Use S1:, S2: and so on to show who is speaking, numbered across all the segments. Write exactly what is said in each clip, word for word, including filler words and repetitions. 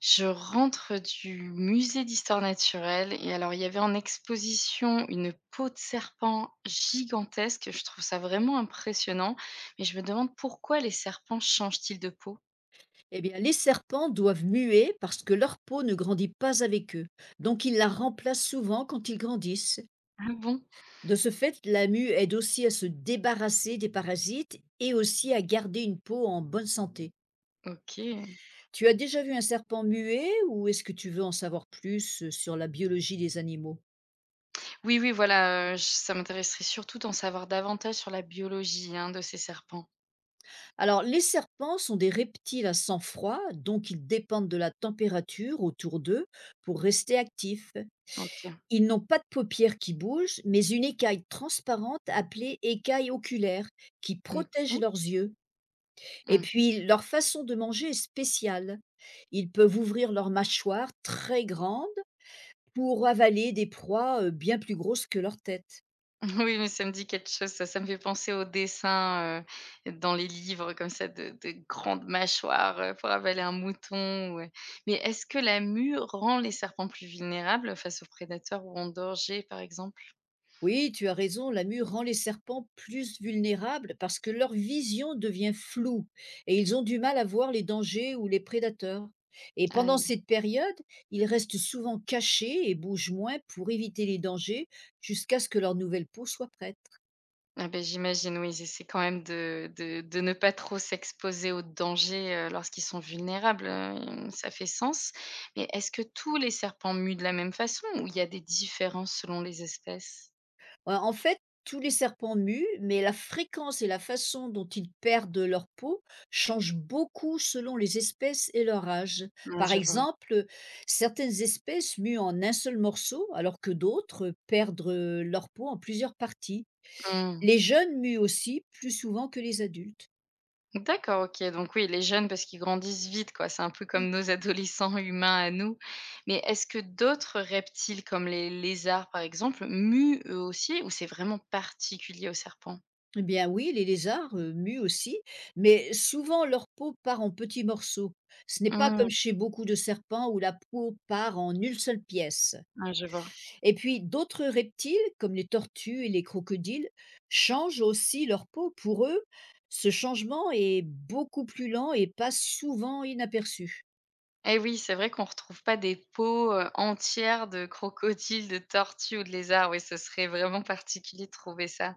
S1: Je rentre du musée d'histoire naturelle et alors il y avait en exposition une peau de serpent gigantesque, je trouve ça vraiment impressionnant, mais je me demande pourquoi les serpents changent-ils de peau?
S2: Eh bien, les serpents doivent muer parce que leur peau ne grandit pas avec eux, donc ils la remplacent souvent quand ils grandissent.
S1: Ah bon?
S2: De ce fait, la mue aide aussi à se débarrasser des parasites et aussi à garder une peau en bonne santé.
S1: OK.
S2: Tu as déjà vu un serpent muet ou est-ce que tu veux en savoir plus euh, sur la biologie des animaux?
S1: Oui, oui, voilà, heu, j ça m'intéresserait surtout d'en savoir davantage sur la biologie, hein, de ces serpents.
S2: Alors, les serpents sont des reptiles à sang froid, donc ils dépendent de la température autour d'eux pour rester actifs.
S1: OK.
S2: Ils n'ont pas de paupières qui bougent, mais une écaille transparente appelée écaille oculaire qui protège
S1: Mmh.
S2: leurs yeux. Et
S1: Mmh.
S2: puis, leur façon de manger est spéciale. Ils peuvent ouvrir leur mâchoire très grande pour avaler des proies euh, bien plus grosses que leur tête.
S1: Oui, mais ça me dit quelque chose, ça. Ça me fait penser aux dessins, heu, dans les livres comme ça de de grandes mâchoires, heu, pour avaler un mouton ou, mais est-ce que la mue rend les serpents plus vulnérables face aux prédateurs ou en danger, par exemple?
S2: Oui, tu as raison, la mue rend les serpents plus vulnérables parce que leur vision devient floue et ils ont du mal à voir les dangers ou les prédateurs. Et pendant
S1: Aïe.
S2: cette période, ils restent souvent cachés et bougent moins pour éviter les dangers jusqu'à ce que leur nouvelle peau soit prête.
S1: Ah ben j'imagine, oui, c'est essaient quand même de de de ne pas trop s'exposer aux dangers, heu, lorsqu'ils sont vulnérables, heu, ça fait sens. Mais est-ce que tous les serpents muent de la même façon ou il y a des différences selon les espèces?
S2: Ouais, en fait, tous les serpents muent, mais la fréquence et la façon dont ils perdent leur peau changent beaucoup selon les espèces et leur âge.
S1: Ouais,
S2: Par
S1: je vois.
S2: exemple, certaines espèces muent en un seul morceau, alors que d'autres perdent euh, leur peau en plusieurs parties.
S1: Mmh.
S2: Les jeunes muent aussi plus souvent que les adultes.
S1: D'accord, OK, donc oui, les jeunes, parce qu'ils grandissent vite, quoi. C'est un peu comme nos adolescents humains à nous. Mais est-ce que d'autres reptiles, comme les lézards, par exemple, muent eux aussi ou c'est vraiment particulier aux serpents?
S2: Eh bien oui, les lézards euh, muent aussi, mais souvent leur peau part en petits morceaux. Ce n'est pas
S1: Mmh,
S2: comme chez beaucoup de serpents où la peau part en une seule pièce.
S1: ouais, je vois.
S2: Et puis d'autres reptiles, comme les tortues et les crocodiles, changent aussi leur peau. Pour eux, ce changement est beaucoup plus lent et passe souvent inaperçu.
S1: Eh oui, c'est vrai qu'on retrouve pas des peaux, heu, entières de crocodiles, de tortues ou de lézards. Oui, ce serait vraiment particulier de trouver ça.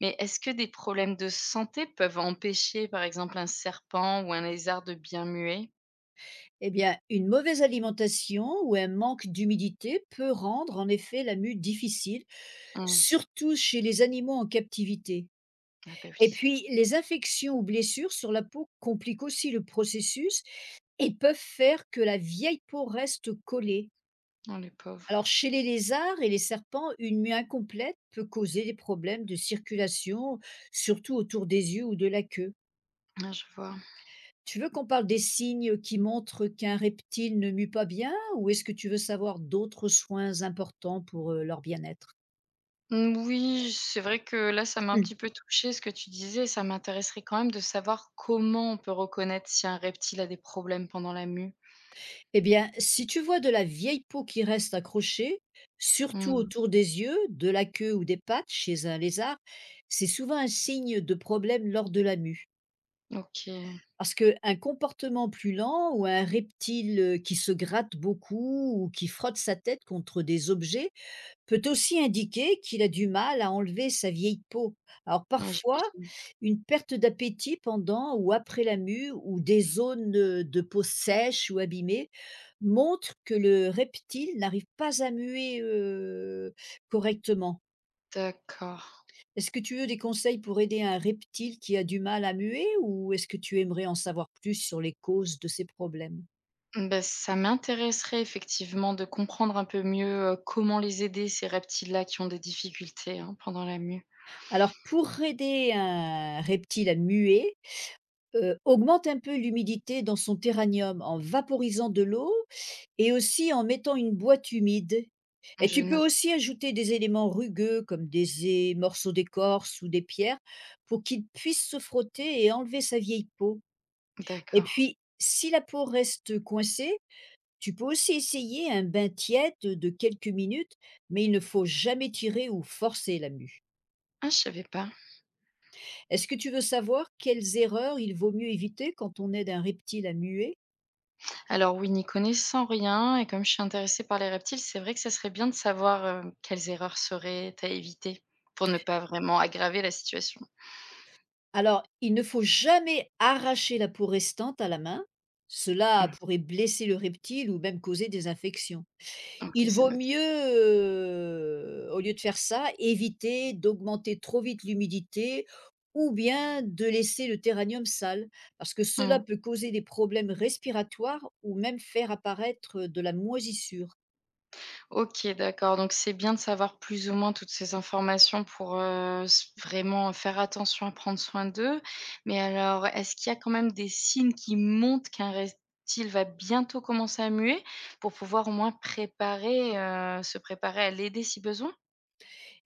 S1: Mais est-ce que des problèmes de santé peuvent empêcher, par exemple, un serpent ou un lézard de bien muer?
S2: Eh bien, une mauvaise alimentation ou un manque d'humidité peut rendre en effet la mue difficile,
S1: Mmh.
S2: surtout chez les animaux en captivité.
S1: Ah bah
S2: Et
S1: oui.
S2: puis, les infections ou blessures sur la peau compliquent aussi le processus et peuvent faire que la vieille peau reste collée.
S1: Oh, les pauvres.
S2: Alors, chez les lézards et les serpents, une mue incomplète peut causer des problèmes de circulation, surtout autour des yeux ou de la queue.
S1: Ah, je vois.
S2: Tu veux qu'on parle des signes qui montrent qu'un reptile ne mue pas bien ou est-ce que tu veux savoir d'autres soins importants pour euh, leur bien-être?
S1: Mmh, oui, c'est vrai que là, ça m'a un
S2: Hmm.
S1: petit peu touchée ce que tu disais. Ça m'intéresserait quand même de savoir comment on peut reconnaître si un reptile a des problèmes pendant la mue.
S2: Eh bien, si tu vois de la vieille peau qui reste accrochée, surtout
S1: Mmh,
S2: autour des yeux, de la queue ou des pattes chez un lézard, c'est souvent un signe de problème lors de la mue.
S1: OK.
S2: Parce qu'un comportement plus lent ou un reptile euh, qui se gratte beaucoup ou qui frotte sa tête contre des objets peut aussi indiquer qu'il a du mal à enlever sa vieille peau. Alors
S1: Ouais,
S2: parfois,
S1: j'imagine.
S2: une perte d'appétit pendant ou après la mue ou des zones euh, de peau sèche ou abîmée montre que le reptile n'arrive pas à muer euh, correctement.
S1: D'accord.
S2: Est-ce que tu veux des conseils pour aider un reptile qui a du mal à muer ou est-ce que tu aimerais en savoir plus sur les causes de ces problèmes?
S1: Ben, ça m'intéresserait effectivement de comprendre un peu mieux, heu, comment les aider, ces reptiles-là qui ont des difficultés, hein, pendant la mue.
S2: Alors, pour aider un reptile à muer, euh, augmente un peu l'humidité dans son terranium en vaporisant de l'eau et aussi en mettant une boîte humide. Et
S1: Je
S2: tu peux
S1: note.
S2: aussi ajouter des éléments rugueux comme des ais, morceaux d'écorce ou des pierres pour qu'il puisse se frotter et enlever sa vieille peau. Et
S1: D'accord.
S2: puis, si la peau reste coincée, tu peux aussi essayer un bain tiède de quelques minutes, mais il ne faut jamais tirer ou forcer la mue.
S1: Ah, je savais pas.
S2: Est-ce que tu veux savoir quelles erreurs il vaut mieux éviter quand on aide un reptile à muer?
S1: Alors oui, n'y connaissant rien et comme je suis intéressée par les reptiles, c'est vrai que ça serait bien de savoir, heu, quelles erreurs seraient à éviter pour ne pas vraiment aggraver la situation.
S2: Alors, il ne faut jamais arracher la peau restante à la main. Cela
S1: Mmh.
S2: pourrait blesser le reptile ou même causer des infections.
S1: OK,
S2: Il
S1: c'est
S2: vaut
S1: noté.
S2: mieux, heu, au lieu de faire ça, éviter d'augmenter trop vite l'humidité ou bien de laisser le terranium sale, parce que cela
S1: Mmh.
S2: peut causer des problèmes respiratoires ou même faire apparaître, de la moisissure.
S1: OK, d'accord, donc c'est bien de savoir plus ou moins toutes ces informations pour, heu, s vraiment faire attention à prendre soin d'eux. Mais alors, est-ce qu'il y a quand même des signes qui montrent qu'un reptile va bientôt commencer à muer pour pouvoir au moins préparer, heu, se préparer à l'aider si besoin?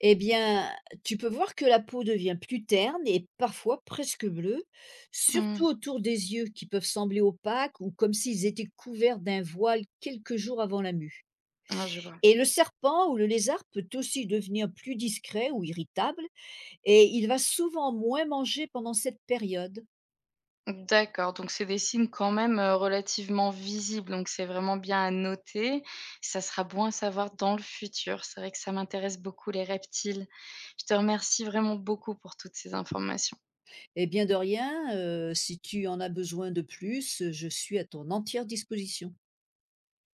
S2: Eh bien, tu peux voir que la peau devient plus terne et parfois presque bleue, surtout
S1: Mmh.
S2: autour des yeux qui peuvent sembler opaques ou comme s'ils étaient couverts d'un voile quelques jours avant la mue.
S1: Ah, je vois.
S2: Et le serpent ou le lézard peut aussi devenir plus discret ou irritable et il va souvent moins manger pendant cette période.
S1: D'accord, donc c'est des signes quand même, heu, relativement visibles, donc c'est vraiment bien à noter. Ça sera bon à savoir dans le futur. C'est vrai que ça m'intéresse beaucoup les reptiles. Je te remercie vraiment beaucoup pour toutes ces informations.
S2: Et bien de rien, euh, si tu en as besoin de plus, je suis à ton entière disposition.